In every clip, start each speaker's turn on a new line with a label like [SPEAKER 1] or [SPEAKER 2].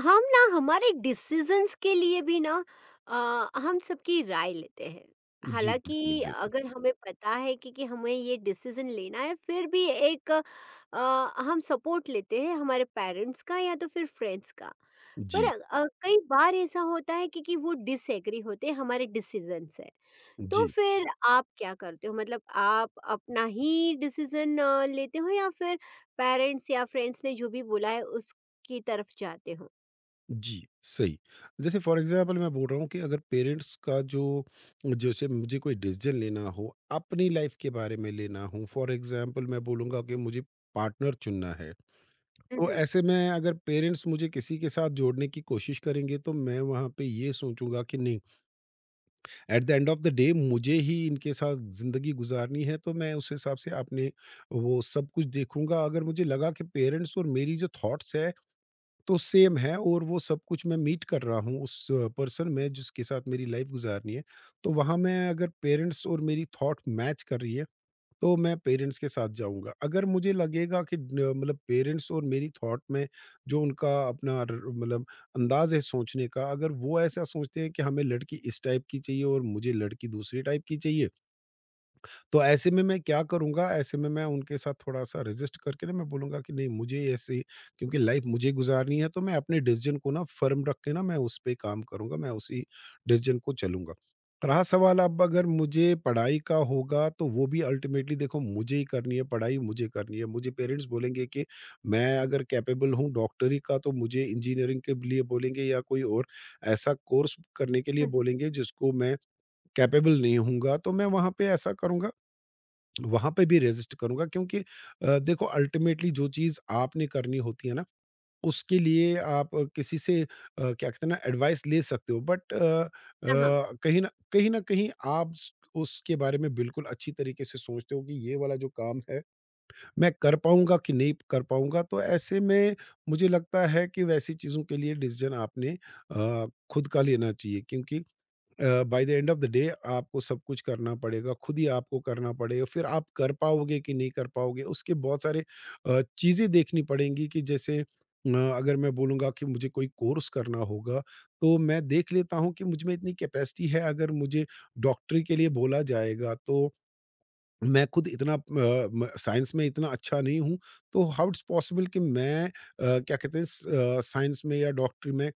[SPEAKER 1] हम ना हमारे डिसीजंस के लिए भी ना हम सबकी राय लेते हैं।
[SPEAKER 2] जी, बिल्कुल
[SPEAKER 1] हालांकि
[SPEAKER 2] एग्ज़ैक्टली।
[SPEAKER 1] अगर हमें पता है कि हमें ये डिसीजन लेना है, फिर भी हम सपोर्ट लेते हैं हमारे पेरेंट्स का या तो फिर फ्रेंड्स का। पर
[SPEAKER 2] जी,
[SPEAKER 1] कई बार ऐसा होता है कि वो डिसएग्री होते हैं हमारे डिसीजन से। तो
[SPEAKER 2] जी,
[SPEAKER 1] फिर आप क्या करते हो, मतलब आप अपना ही डिसीजन लेते हो, या फिर पेरेंट्स या फ्रेंड्स ने जो भी बोला है उसकी तरफ जाते हो?
[SPEAKER 2] जी, सही। जैसे फ़ॉर एग्ज़ाम्पल मैं बोल रहा हूँ कि अगर पेरेंट्स का जो जैसे मुझे कोई डिसीज़न लेना हो, अपनी लाइफ़ के बारे में लेना हो, फ़ॉर एग्ज़ाम्पल मैं बोलूँगा कि मुझे पार्टनर चुनना है,
[SPEAKER 1] हुँ,
[SPEAKER 2] तो
[SPEAKER 1] हुँ।
[SPEAKER 2] ऐसे में अगर पेरेंट्स मुझे किसी के साथ जोड़ने की कोशिश करेंगे, तो मैं वहाँ पे ये सोचूँगा कि नहीं, at the end of the day मुझे ही इनके साथ ज़िंदगी गुज़ारनी है, तो मैं उस हिसाब से अपने वो सब कुछ देखूँगा। अगर मुझे लगा कि पेरेंट्स और मेरी जो थॉट्स है तो सेम है और वो सब कुछ मैं मीट कर रहा हूँ उस पर्सन में जिसके साथ मेरी लाइफ गुजारनी है। तो वहाँ मैं अगर पेरेंट्स और मेरी थॉट मैच कर रही है, तो मैं पेरेंट्स के साथ जाऊँगा। अगर मुझे लगेगा कि न मतलब पेरेंट्स और मेरी थॉट में जो उनका अपना र मतलब अंदाज़ है सोचने का, अगर वो ऐसा सोचते हैं कि हमें लड़की इस टाइप की चाहिए और मुझे लड़की दूसरे टाइप की चाहिए तो ऐसे में मैं क्या करूँगा, ऐसे में मैं उनके साथ थोड़ा-सा रेज़िस्ट करके ना मैं बोलूँगा कि नहीं मुझे ऐसे क्योंकि लाइफ़ मुझे गुज़ारनी है तो मैं अपने डिसीज़न को ना फ़र्म रख के ना मैं उस पे काम करूँगा, मैं उसी डिसीज़न को चलूँगा। रहा सवाल अब अगर मुझे पढ़ाई का होगा तो वो भी अल्टीमेटली देखो मुझे ही करनी है, पढ़ाई मुझे करनी है। मुझे पेरेंट्स बोलेंगे कि मैं अगर कैपेबल हूँ डॉक्टरी का तो मुझे इंजीनियरिंग के लिए बोलेंगे या कोई और ऐसा कोर्स करने के लिए
[SPEAKER 1] हुँ, हुँ।
[SPEAKER 2] बोलेंगे जिसको मैं कैपेबल नहीं होऊँगा, तो मैं वहाँ पे ऐसा करूँगा वहाँ पे भी रेज़िस्ट करूँगा क्योंकि देखो अल्टीमेटली जो चीज़ आपने करनी होती है ना, उसके लिए आप किसी से क्या कहते हैं ना एडवाइस ले सकते हो बट अ,
[SPEAKER 1] हाँ, हाँ,
[SPEAKER 2] कहीं न कहीं आप स उसके बारे में बिल्कुल अच्छी तरीके से सोचते हो कि ये वाला जो काम है, मैं कर पाऊँगा कि नहीं कर पाऊँगा? तो ऐसे में मुझे लगता है कि वैसी चीज़ों के लिए डिसीज़न आपने खुद का लेना चाहिए क्योंकि by the end of the day आपको सब कुछ करना पड़ेगा खुद ही आपको करना पड़ेगा फिर आप कर पाओगे कि नहीं कर पाओगे उसके बहुत सारे चीज़ें देखनी पड़ेंगी कि जैसे अगर मैं बोलूँगा कि मुझे कोई कोर्स करना होगा तो मैं देख लेता हूँ कि मुझ में इतनी कैपेसिटी है अगर मुझे डॉक्टरी के लिए बोला जाएगा तो मैं खुद इतना अ, म साइंस में इतना अच्छा नहीं हूँ, तो हाउ इट्स पॉसिबल कि मैं क्या कहते हैं साइंस में या डॉक्टरी में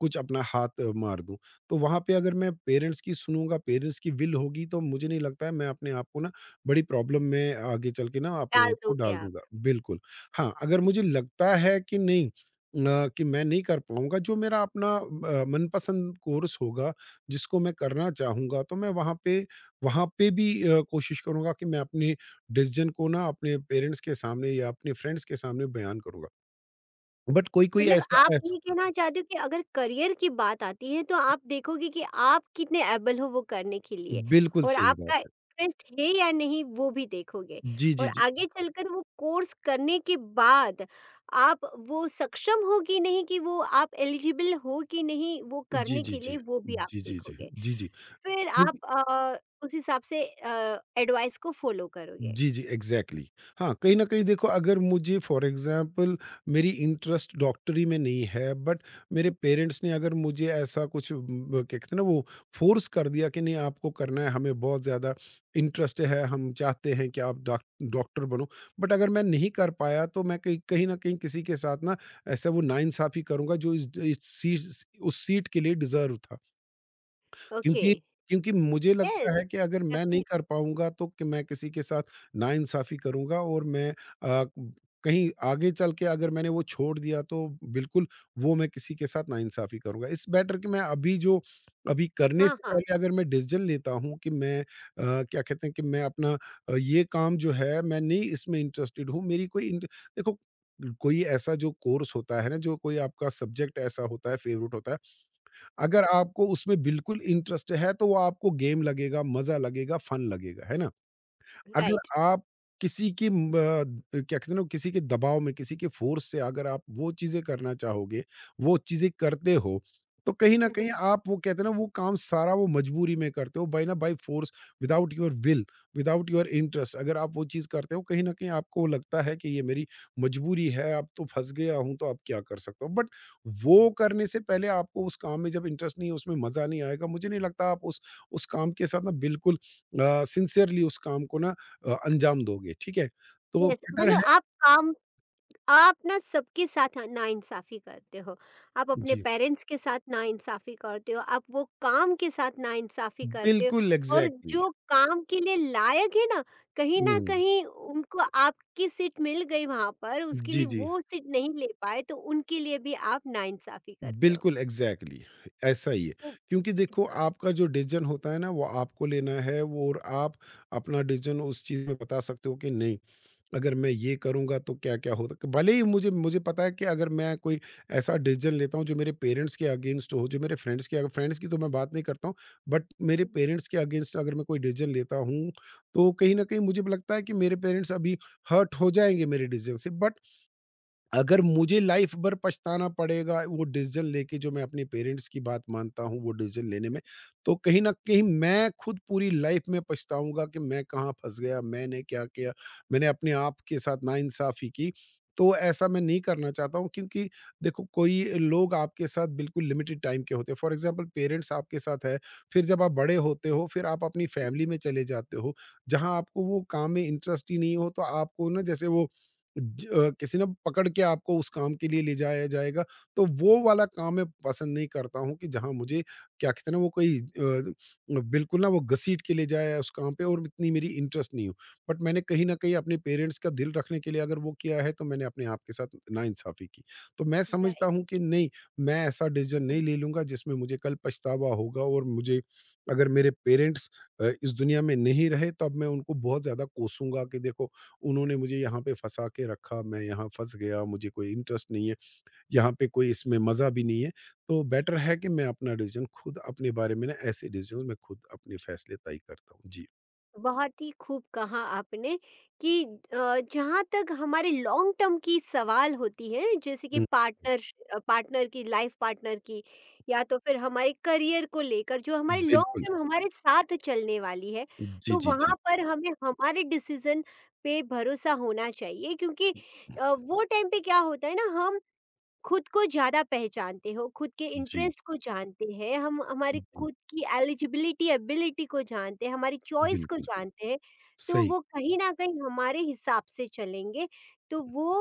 [SPEAKER 2] कुछ अपना हाथ मार दूँ। तो वहाँ पे अगर मैं पेरेंट्स की सुनूँगा, पेरेंट्स की विल होगी, तो मुझे नहीं लगता है मैं अपने आप को ना बड़ी प्रॉब्लम में आगे चल के ना अपने
[SPEAKER 1] टाल
[SPEAKER 2] आप को
[SPEAKER 1] दोगे
[SPEAKER 2] डाल
[SPEAKER 1] आप।
[SPEAKER 2] दूँगा। बिल्कुल। हाँ, अगर मुझे लगता है कि नहीं अ, कि मैं नहीं कर पाऊँगा, जो मेरा अपना मनपसंद कोर्स होगा, जिसको मैं करना चाहूँगा, तो मैं वहाँ पे भी कोशिश करूँगा कि मैं अपने डिसीज़न को ना अपने पेरेंट्स के सामने या अपने फ्रेंड्स के सामने बयान करूँगा। बट कोई-कोई
[SPEAKER 1] मतलब
[SPEAKER 2] ऐसा
[SPEAKER 1] आप
[SPEAKER 2] ऐस
[SPEAKER 1] ये कहना चाहते हो कि अगर करियर की बात आती है तो आप देखोगे कि आप कितने एबल हो वो करने के लिए,
[SPEAKER 2] बिल्कुल
[SPEAKER 1] और
[SPEAKER 2] सही बात
[SPEAKER 1] आपका
[SPEAKER 2] है।
[SPEAKER 1] इंटरेस्ट है या नहीं वो भी देखोगे,
[SPEAKER 2] जी, जी,
[SPEAKER 1] और
[SPEAKER 2] जी।
[SPEAKER 1] आगे चलकर वो कोर्स करने के बाद आप वो सक्षम हो कि नहीं, कि वो आप एलिजिबल हो कि नहीं वो
[SPEAKER 2] जी,
[SPEAKER 1] करने
[SPEAKER 2] जी,
[SPEAKER 1] के
[SPEAKER 2] जी।
[SPEAKER 1] लिए, वो भी आप
[SPEAKER 2] जी, जी, जी।
[SPEAKER 1] देखोगे।
[SPEAKER 2] जी, जी।
[SPEAKER 1] फिर आप
[SPEAKER 2] जी
[SPEAKER 1] उस हिसाब से एडवाइस को फॉलो करोगे।
[SPEAKER 2] जी, जी, एग्ज़ैक्टली। हाँ, कहीं न कहीं देखो अगर मुझे फ़ॉर एग्ज़ाम्पल मेरी इंटरेस्ट डॉक्टरी में नहीं है बट मेरे पेरेंट्स ने अगर मुझे ऐसा कुछ ब क्या कहते हैं ना वो फ़ोर्स कर दिया कि नहीं आपको करना है, हमें बहुत ज़्यादा इंटरेस्ट है, हम चाहते हैं कि आप डॉक्टर बनो। बट अगर मैं नहीं कर पाया तो मैं कहीं कहीं न कहीं किसी के साथ ना ऐसा वो नाइंसाफ़ी करूँगा जो इस सी उस सीट के लिए डिज़र्व था।
[SPEAKER 1] ओके।
[SPEAKER 2] क्योंकि क्योंकि मुझे
[SPEAKER 1] यस,
[SPEAKER 2] लगता है कि अगर मैं नहीं
[SPEAKER 1] डेफिनेटली।
[SPEAKER 2] कर पाऊँगा तो कि मैं किसी के साथ नाइंसाफ़ी करूँगा और मैं अ, कहीं आगे चल के अगर मैंने वो छोड़ दिया तो बिल्कुल वो मैं किसी के साथ नाइंसाफ़ी करूँगा। इट्स बेटर कि मैं अभी करने
[SPEAKER 1] हाँ,
[SPEAKER 2] से
[SPEAKER 1] हाँ।
[SPEAKER 2] पहले अगर मैं डिसीज़न लेता हूँ कि मैं क्या कहते हैं कि मैं अपना ये काम जो है मैं नहीं इसमें इंटरेस्टेड हूँ। मेरी कोई इंट देखो कोई ऐसा जो कोर्स होता है ना, जो कोई आपका सब्जेक्ट ऐसा होता है, फ़ेवरेट होता है
[SPEAKER 1] हुँ,
[SPEAKER 2] अगर आपको उसमें बिल्कुल इंटरेस्ट है तो वो आपको गेम लगेगा, मज़ा लगेगा, फन लगेगा, है ना?
[SPEAKER 1] राइट।
[SPEAKER 2] अगर आप किसी की क्या कहते हैं ना, किसी के दबाव में, किसी के फ़ोर्स से अगर आप वो चीज़ें करना चाहोगे, वो चीज़ें करते हो, तो कहीं न
[SPEAKER 1] हुँ, हुँ।
[SPEAKER 2] कहीं आप वो कहते हैं ना, वो काम सारा वो मजबूरी में करते हो, by force, without your will, without your interest अगर आप वो चीज़ करते हो, कहीं न कहीं आपको लगता है कि ये मेरी मजबूरी है, अब तो फँस गया हूँ, तो अब क्या कर सकता हूँ? बट वो करने से पहले आपको उस काम में जब इंटरेस्ट नहीं है, उसमें मज़ा नहीं आएगा, मुझे नहीं लगता आप उस काम के साथ ना बिल्कुल सिंसियरली उस काम को ना अंजाम दोगे, ठीक है? तो
[SPEAKER 1] येस।
[SPEAKER 2] बेटर है
[SPEAKER 1] आप ना सबके साथ नाइंसाफ़ी करते हो। आप अपने
[SPEAKER 2] जी,
[SPEAKER 1] पेरेंट्स के साथ नाइंसाफ़ी करते हो, आप वो काम के साथ नाइंसाफ़ी करते हो,
[SPEAKER 2] बिल्कुल
[SPEAKER 1] और
[SPEAKER 2] एग्ज़ैक्टली
[SPEAKER 1] जो काम के लिए लायक है ना, कहीं
[SPEAKER 2] हुँ,
[SPEAKER 1] न कहीं उनको आपकी सीट मिल गई वहाँ पर, उसके
[SPEAKER 2] जी,
[SPEAKER 1] लिए
[SPEAKER 2] जी।
[SPEAKER 1] वो सीट नहीं ले पाए, तो उनके लिए भी आप नाइंसाफ़ी करते हो।
[SPEAKER 2] बिल्कुल एग्ज़ैक्टली ऐसा ही है।
[SPEAKER 1] तो
[SPEAKER 2] क्योंकि देखो आपका जो डिसीज़न होता है ना, वो आपको लेना है वो और आप अपना डिसीज़न उस चीज़ में बता सकते हो कि नहीं। अगर मैं ये करूँगा तो क्या-क्या हो सक भले ही मुझे मुझे पता है कि अगर मैं कोई ऐसा डिसीज़न लेता हूँ जो मेरे पेरेंट्स के अगेंस्ट हो, जो मेरे फ्रेंड्स के अग फ्रेंड्स की तो मैं बात नहीं करता हूँ, बट मेरे
[SPEAKER 1] Mhm.
[SPEAKER 2] पेरेंट्स के अगेंस्ट अगर मैं कोई डिसीज़न लेता हूँ, तो कहीं न कहीं मुझे भी लगता है कि मेरे पेरेंट्स अभी हर्ट हो जाएँगे मेरे डिसीज़न से बट अगर मुझे लाइफ भर पछताना पड़ेगा वो डिसीजन लेके जो मैं अपने पेरेंट्स की बात मानता हूँ वो डिसीजन लेने में तो कहीं ना कहीं मैं खुद पूरी लाइफ में पछताऊंगा कि मैं कहाँ फंस गया मैंने क्या किया मैंने अपने आप के साथ नाइंसाफी की। तो ऐसा मैं नहीं करना चाहता हूँ क्योंकि देखो कोई लोग आपके साथ बिल्कुल लिमिटेड टाइम के होते हैं फॉर एग्जांपल पेरेंट्स आपके साथ है फिर जब आप बड़े होते हो फिर आप अपनी फैमिली में चले जाते हो जहाँ आपको वो काम में इंटरेस्ट ही नहीं हो तो आपको ना जैसे वो किसी ने पकड़ के आपको उस काम के लिए ले जाया जाएगा, तो वो वाला काम मैं पसंद नहीं करता हूँ कि जहाँ मुझे क्या कहते हैं ना वो कोई बिल्कुल ना वो घसीट के ले जाए उस काम पे और इतनी मेरी इंटरेस्ट नहीं हो। बट मैंने कहीं न कहीं अपने पेरेंट्स का दिल रखने के लिए अगर वो किया है, तो मैंने अपने आप के साथ नाइंसाफ़ी की। तो मैं समझता
[SPEAKER 1] Right.
[SPEAKER 2] हूँ कि नहीं, मैं ऐसा डिसीज़न नहीं ले लूँगा जिसमें मुझे कल पछतावा होगा और मुझे अगर मेरे पेरेंट्स इस दुनिया में नहीं रहे, तब मैं उनको बहुत ज़्यादा कोसूँगा कि देखो उन्होंने मुझे यहाँ पे फँसा के रखा, मैं यहाँ फँस गया, मुझे कोई इंटरेस्ट नहीं है, यहाँ पे कोई इसमें मज़ा भी नहीं है। तो बेटर है कि मैं अपना डिसीज़न खुद अपने बारे में ना ऐसे डिसीज़न मैं खुद अपने फैसले तय करता हूँ। जी।
[SPEAKER 1] बहुत ही खूब कहा आपने कि जहाँ तक हमारे लॉन्ग टर्म की सवाल होती है, जैसे कि
[SPEAKER 2] हुँ।
[SPEAKER 1] पार्टनर पार्टनर की लाइफ पार्टनर की, या तो फिर हमारे करियर को लेकर, जो हमारे लॉन्ग
[SPEAKER 2] बिल्कुल।
[SPEAKER 1] टर्म हमारे साथ चलने वाली है,
[SPEAKER 2] जी,
[SPEAKER 1] तो
[SPEAKER 2] जी, जी।
[SPEAKER 1] वहाँ पर हमें हमारे डिसीजन पे भरोसा होना चाहिए। क्योंकि वो टाइम पे क्या होता है ना, हम खुद को ज़्यादा पहचानते हो, खुद के
[SPEAKER 2] जी,
[SPEAKER 1] इंटरेस्ट को जानते हैं, हम हमारी
[SPEAKER 2] जी,
[SPEAKER 1] खुद की एलिजिबिलिटी, एबिलिटी को जानते हैं, हमारी चॉइस को
[SPEAKER 2] बिल्कुल।
[SPEAKER 1] जानते हैं, तो
[SPEAKER 2] सही,
[SPEAKER 1] वो कहीं न कहीं हमारे हिसाब से चलेंगे, तो वो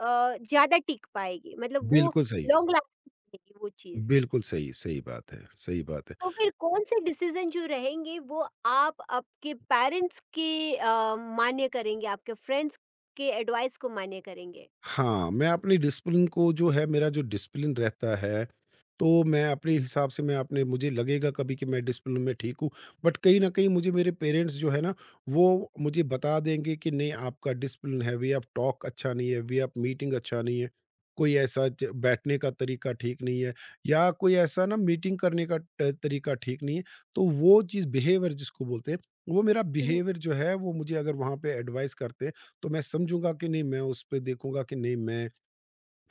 [SPEAKER 1] अ, ज़्यादा टिक पाएगी, मतलब वो
[SPEAKER 2] बिल्कुल सही।
[SPEAKER 1] लॉन्ग लास्टिंग रहेगी वो चीज़।
[SPEAKER 2] बिल्कुल सही, सही बात है, सही बात है।
[SPEAKER 1] तो फिर कौन-से डिसीज़न जो रहेंगे वो आप आपके पेरेंट्स के मान्य करेंगे, आपके फ्रेंड्स के एडवाइस को मान्य करेंगे?
[SPEAKER 2] हाँ, मैं अपनी डिसिप्लिन को जो है मेरा जो डिसिप्लिन रहता है, तो मैं अपने हिसाब से मैं अपने मुझे लगेगा कभी कि मैं डिसिप्लिन में ठीक हूँ, बट कहीं न कहीं मुझे मेरे पेरेंट्स जो है ना, वो मुझे बता देंगे कि नहीं आपका डिसिप्लिन है, वे ऑफ टॉक अच्छा नहीं है, वे ऑफ मीटिंग अच्छा नहीं है, कोई ऐसा ज बैठने का तरीका ठीक नहीं है या कोई ऐसा ना मीटिंग करने का ट तरीका ठीक नहीं है। तो वो चीज़ बिहेवियर जिसको बोलते हैं, वो मेरा
[SPEAKER 1] हुँ, हुँ,
[SPEAKER 2] बिहेवियर जो है वो मुझे अगर वहाँ पे एडवाइस करते हैं तो मैं समझूंगा कि नहीं मैं उस पे देखूंगा कि नहीं मैं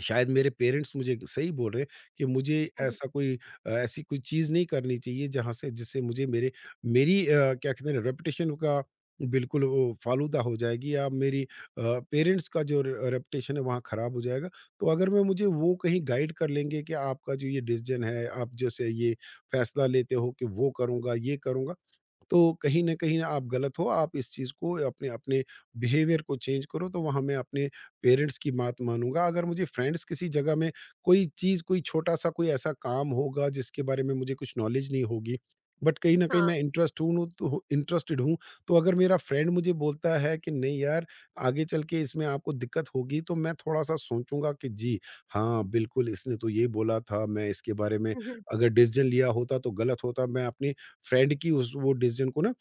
[SPEAKER 2] शायद मेरे पेरेंट्स मुझे सही बोल रहे हैं कि मुझे
[SPEAKER 1] हुँ, हुँ।
[SPEAKER 2] ऐसा कोई ऐसी कोई चीज़ नहीं करनी चाहिए जहाँ से जिससे मुझे मेरे मेरी क्या कहते हैं रेपुटेशन का बिल्कुल वो फालूदा हो जाएगी या मेरी पेरेंट्स का जो रेपुटेशन है वहाँ ख़राब हो जाएगा। तो अगर मैं मुझे वो कहीं गाइड कर लेंगे कि आपका जो ये डिसीज़न है, आप जैसे ये फ़ैसला लेते हो कि वो करूँगा, ये करूँगा, तो कहीं न कहीं आप गलत हो, आप इस चीज़ को अपने अपने बिहेवियर को चेंज करो, तो वहाँ मैं अपने पेरेंट्स की बात मानूँगा। अगर मुझे फ्रेंड्स किसी जगह में कोई चीज़, कोई छोटा-सा कोई ऐसा काम होगा जिसके बारे में मुझे कुछ नॉलेज नहीं होगी, बट कहीं न कहीं मैं
[SPEAKER 1] हाँ।
[SPEAKER 2] इंटरेस्ट हूँ तो इंटरेस्टेड हूँ, तो अगर मेरा फ्रेंड मुझे बोलता है कि नहीं यार, आगे चल के इसमें आपको दिक्कत होगी, तो मैं थोड़ा-सा सोचूँगा कि जी, हाँ, बिल्कुल इसने तो ये बोला था, मैं इसके बारे में अगर डिसीज़न लिया होता तो गलत होता। मैं अपने फ्रेंड की उस वो डिसीज़न को ना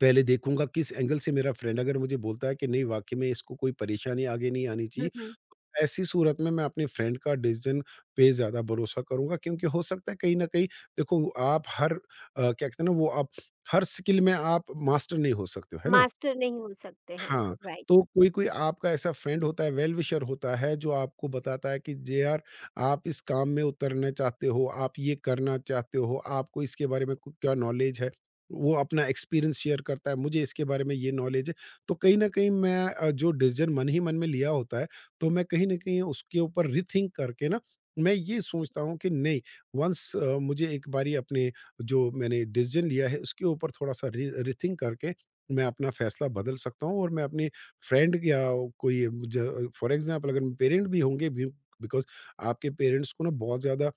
[SPEAKER 2] पहले देखूंगा किस एंगल से मेरा फ्रेंड अगर मुझे बोलता है कि नहीं वाकई में इसको कोई परेशानी आगे नहीं आनी
[SPEAKER 1] हुँ,
[SPEAKER 2] चाहिए।
[SPEAKER 1] हुँ।
[SPEAKER 2] ऐसी सूरत में मैं अपने फ्रेंड का डिसीजन पे ज़्यादा भरोसा करूंगा क्योंकि हो सकता है कहीं ना कहीं देखो आप हर क्या कहते हैं ना वो आप हर स्किल में आप मास्टर नहीं हो सकते हो, है ना।
[SPEAKER 1] मास्टर नहीं हो सकते हैं।
[SPEAKER 2] हाँ,
[SPEAKER 1] राइट।
[SPEAKER 2] तो कोई-कोई आपका ऐसा फ्रेंड होता है, वेल विशर होता है जो आपको बताता है कि जे यार आप इस काम में उतरना चाहते हो, आप ये करना चाहते हो, आपको इसके बारे में क क्या नॉलेज है। वो अपना एक्सपीरियंस शेयर करता है, मुझे इसके बारे में ये नॉलेज है। तो कहीं न कहीं मैं जो डिसीज़न मन ही मन में लिया होता है, तो मैं कहीं न कहीं उसके ऊपर रीथिंक करके ना, मैं ये सोचता हूँ कि नहीं वन्स मुझे एक बारी अपने जो मैंने डिसीज़न लिया है उसके ऊपर थोड़ा-सा री रीथिंक करके मैं अपना फ़ैसला बदल सकता हूँ और मैं अपनी फ्रेंड या कोई ज फॉर एग्ज़ाम्पल अगर पेरेंट भी होंगे बि बिकॉज़ आपके पेरेंट्स को ना बहुत ज़्यादा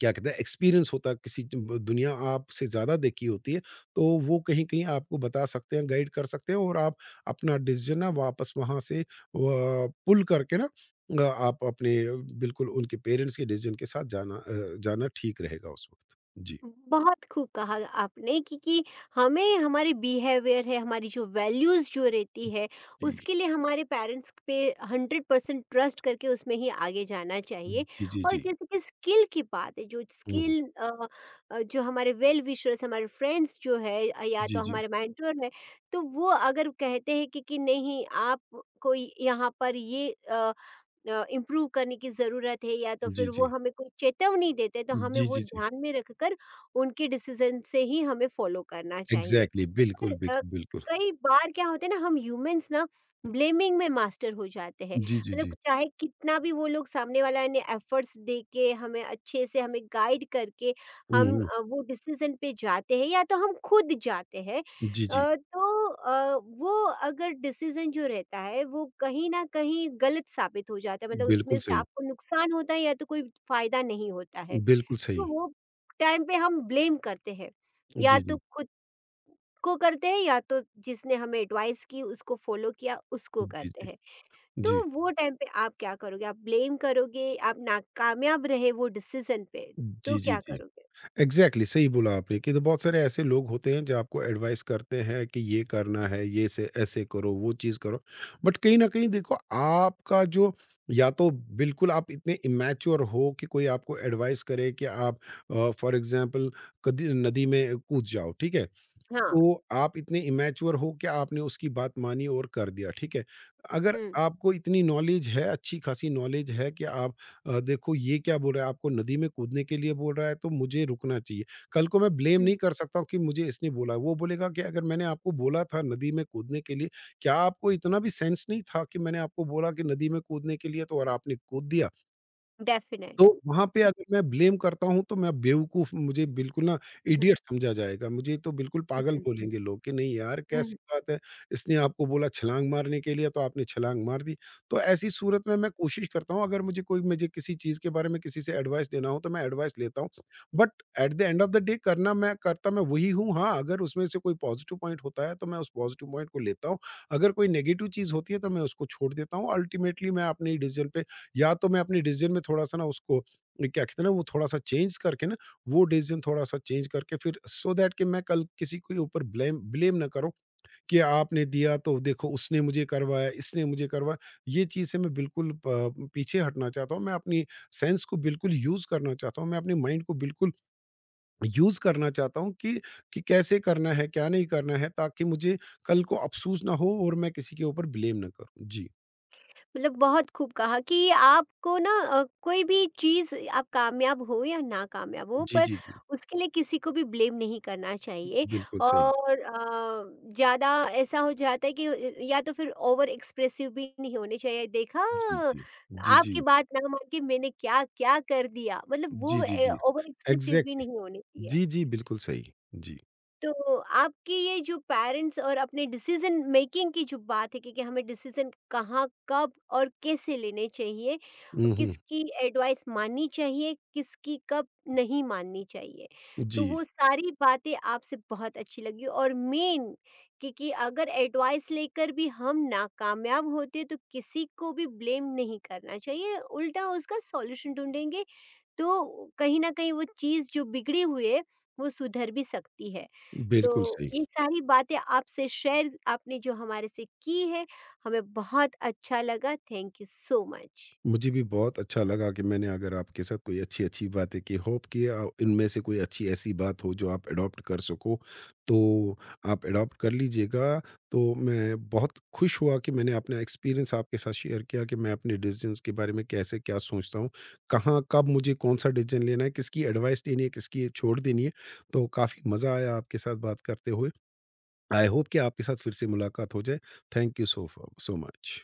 [SPEAKER 2] क्या कहते हैं एक्सपीरियंस होता है, किसी ब दुनिया आपसे ज़्यादा देखी होती है, तो वो कहीं-कहीं आपको बता सकते हैं, गाइड कर सकते हैं और आप अपना डिसीज़न ना वापस वहाँ से व पुल करके ना आप अपने बिल्कुल उनके पेरेंट्स के डिसीज़न के साथ जाना ठीक रहेगा उस वक़्त। जी,
[SPEAKER 1] बहुत खूब कहा आपने कि हमें हमारे बिहेवियर है, हमारी जो वैल्यूज जो रहती है,
[SPEAKER 2] जी।
[SPEAKER 1] उसके लिए हमारे पेरेंट्स पे 100% ट्रस्ट करके उसमें ही आगे जाना चाहिए।
[SPEAKER 2] जी, जी,
[SPEAKER 1] और
[SPEAKER 2] जी।
[SPEAKER 1] जैसे कि स्किल की बात है, जो
[SPEAKER 2] हुँ, हुँ।
[SPEAKER 1] स्किल जो हमारे वेल विशर्स, हमारे फ्रेंड्स जो है या
[SPEAKER 2] जी,
[SPEAKER 1] तो
[SPEAKER 2] जी।
[SPEAKER 1] हमारे मेंटोर है, तो वो अगर कहते हैं कि नहीं, आप कोई यहाँ पर ये इम्प्रूव करने की ज़रूरत है, या तो
[SPEAKER 2] जी,
[SPEAKER 1] फिर वो
[SPEAKER 2] जी।
[SPEAKER 1] हमें कोई चेतावनी देते हैं, तो हमें
[SPEAKER 2] जी,
[SPEAKER 1] वो
[SPEAKER 2] जी, जी।
[SPEAKER 1] ध्यान में रखकर उनके डिसीजन से ही हमें फॉलो करना चाहिए।
[SPEAKER 2] एग्ज़ैक्टली
[SPEAKER 1] पर
[SPEAKER 2] बिल्कुल, बिक बिल्कुल।
[SPEAKER 1] कई बार क्या होता है ना, हम ह्यूमंस ना ब्लेमिंग में मास्टर हो जाते हैं।
[SPEAKER 2] जी, जी,
[SPEAKER 1] मतलब
[SPEAKER 2] जी।
[SPEAKER 1] चाहे कितना भी वो लोग, सामने वाला ने एफर्ट्स दे के हमें अच्छे से हमें गाइड करके,
[SPEAKER 2] हुँ,
[SPEAKER 1] हम
[SPEAKER 2] हुँ।
[SPEAKER 1] वो डिसीजन पे जाते हैं, या तो हम खुद जाते हैं।
[SPEAKER 2] जी, जी।
[SPEAKER 1] तो वो अगर डिसीजन जो रहता है वो कहीं ना कहीं गलत साबित हो जाता है, मतलब उसमें
[SPEAKER 2] बिल्कुल
[SPEAKER 1] से
[SPEAKER 2] सही,
[SPEAKER 1] आपको नुकसान होता है, या तो कोई फायदा नहीं होता है,
[SPEAKER 2] बिल्कुल
[SPEAKER 1] तो
[SPEAKER 2] सही।
[SPEAKER 1] वो टाइम पे हम ब्लेम करते हैं।
[SPEAKER 2] जी,
[SPEAKER 1] या तो
[SPEAKER 2] जी।
[SPEAKER 1] खुद को करते हैं, या तो जिसने हमें एडवाइस की उसको फॉलो किया, उसको
[SPEAKER 2] जी,
[SPEAKER 1] करते
[SPEAKER 2] जी।
[SPEAKER 1] हैं। तो
[SPEAKER 2] जी।
[SPEAKER 1] वो टाइम पे आप क्या करोगे? आप ब्लेम करोगे, आप नाकामयाब रहे वो डिसीज़न पे,
[SPEAKER 2] जी,
[SPEAKER 1] तो
[SPEAKER 2] जी,
[SPEAKER 1] क्या
[SPEAKER 2] जी।
[SPEAKER 1] करोगे?
[SPEAKER 2] एग्ज़ैक्टली सही बोला आपने कि तो बहुत सारे ऐसे लोग होते हैं जो आपको एडवाइस करते हैं कि ये करना है, ये से ऐसे करो, वो चीज़ करो। बट कहीं न कहीं देखो आपका जो या तो बिल्कुल आप इतने इमैच्योर हो कि कोई आपको एडवाइस करे कि आप फॉर एग्ज़ाम्पल कदी नदी में कूद जाओ, ठीक है?
[SPEAKER 1] हाँ,
[SPEAKER 2] तो आप इतने इमैच्योर हो कि आपने उसकी बात मानी और कर दिया, ठीक है। अगर
[SPEAKER 1] हुँ,
[SPEAKER 2] आपको इतनी नॉलेज है, अच्छी खासी नॉलेज है कि आप देखो ये क्या बोल रहा है, आपको नदी में कूदने के लिए बोल रहा है तो मुझे रुकना चाहिए। कल को मैं ब्लेम नहीं
[SPEAKER 1] हुँ,
[SPEAKER 2] कर सकता हूँ कि मुझे इसने बोला। वो बोलेगा कि अगर मैंने आपको बोला था नदी में कूदने के लिए, क्या आपको इतना भी सेंस नहीं था कि मैंने आपको बोला कि नदी में कूदने के लिए तो और आपने कूद दिया? तो
[SPEAKER 1] डेफ़िनेट।
[SPEAKER 2] वहाँ पे
[SPEAKER 1] हुँ,
[SPEAKER 2] अगर मैं ब्लेम करता हूँ, तो मैं बेवकूफ़ मुझे बिल्कुल ना
[SPEAKER 1] हुँ, हुँ,
[SPEAKER 2] इडियट समझा जाएगा। मुझे तो बिल्कुल पागल
[SPEAKER 1] हुँ,
[SPEAKER 2] बोलेंगे लोग कि नहीं यार, कैसी
[SPEAKER 1] हुँ।
[SPEAKER 2] बात है? इसने आपको बोला छलाँग मारने के लिए, तो आपने छलाँग मार दी। तो ऐसी सूरत में मैं कोशिश करता हूँ अगर मुझे किसी चीज़ के बारे में किसी से एडवाइस लेना हो, तो मैं एडवाइस लेता हूँ। But at the end of the day करना मैं वही हूँ। हाँ, अगर उसमें से कोई पॉज़िटिव पॉइंट होता है, तो मैं उस पॉज़िटिव पॉइंट को लेता हूँ। अगर कोई नेगेटिव चीज़ होती है, तो मैं उसको छोड़ देता हूँ। अल्टीमेटली मैं अपने डिसीज़न पे या तो मैं अपने डिसीजन में थोड़ा-सा ना उसको क्या कहते हैं ना, वो थोड़ा-सा चेंज करके ना, वो डिसीजन थोड़ा-सा चेंज करके फिर सो दैट कि मैं कल किसी के ऊपर ब्लेम ब्लेम ना करूँ कि आपने दिया तो देखो उसने मुझे करवाया, इसने मुझे करवाया। ये चीज़ से मैं बिल्कुल प पीछे हटना चाहता हूँ। मैं अपनी सेंस को बिल्कुल यूज़ करना चाहता हूँ। मैं अपने माइंड को बिल्कुल यूज़ करना चाहता हूँ कि कैसे करना है, क्या नहीं करना है ताकि मुझे कल को अफ़सोस ना हो और मैं किसी के ऊपर ब्लेम ना करूँ। जी।
[SPEAKER 1] मतलब बहुत खूब कहा कि आपको ना कोई भी चीज़, आप कामयाब हो या नाकामयाब हो,
[SPEAKER 2] जी,
[SPEAKER 1] पर
[SPEAKER 2] जी, जी।
[SPEAKER 1] उसके लिए किसी को भी ब्लेम नहीं करना चाहिए।
[SPEAKER 2] बिल्कुल सही।
[SPEAKER 1] और ज़्यादा ऐसा हो जाता है कि या तो फिर ओवर एक्सप्रेसिव भी नहीं होने चाहिए, देखा,
[SPEAKER 2] जी, जी। जी, जी।
[SPEAKER 1] आपकी बात ना मान के मैंने क्या क्या कर दिया, मतलब वो
[SPEAKER 2] जी, जी, जी।
[SPEAKER 1] ओवर एक्सप्रेसिव भी
[SPEAKER 2] एग्ज़ैक्टली।
[SPEAKER 1] नहीं होने चाहिए।
[SPEAKER 2] जी, जी, बिल्कुल सही। जी।
[SPEAKER 1] तो आपके ये जो पेरेंट्स और अपने डिसीजन मेकिंग की जो बात है कि हमें डिसीजन कहाँ, कब और कैसे लेने चाहिए,
[SPEAKER 2] हुँ,
[SPEAKER 1] और
[SPEAKER 2] हुँ।
[SPEAKER 1] किसकी एडवाइस माननी चाहिए, किसकी कब नहीं माननी चाहिए, तो
[SPEAKER 2] जी,
[SPEAKER 1] वो सारी बातें आपसे बहुत अच्छी लगी। और मेन कि अगर एडवाइस लेकर भी हम नाकामयाब होते हैं, तो किसी को भी ब्लेम नहीं करना चाहिए, उल्टा उसका सॉल्यूशन ढूँढेंगे, तो कहीं न कहीं वो चीज़ जो बिगड़ी हुई है, वो सुधर भी सकती है। तो
[SPEAKER 2] बिल्कुल सही।
[SPEAKER 1] ये सारी बातें आपसे शेयर आपने जो हमारे से की है, हमें बहुत अच्छा लगा। Thank you so much.
[SPEAKER 2] मुझे भी बहुत अच्छा लगा कि मैंने अगर आपके साथ कोई अच्छी-अच्छी बातें की, होप कि इनमें से कोई अच्छी ऐसी बात हो जो आप एडॉप्ट कर सको, तो आप एडॉप्ट कर लीजिएगा। तो मैं बहुत खुश हुआ कि मैंने अपना एक्सपीरियंस आपके साथ शेयर किया कि मैं अपने डिसीज़न्स के बारे में कैसे क्या सोचता हूँ, कहाँ, कब मुझे कौन-सा डिसीज़न लेना है, किसकी एडवाइस लेनी है, किसकी छोड़ देनी है। तो काफ़ी मज़ा आया आपके साथ बात करते हुए। आई होप कि आपके साथ फिर से मुलाकात हो जाए। थैंक यू सो फ सो मच।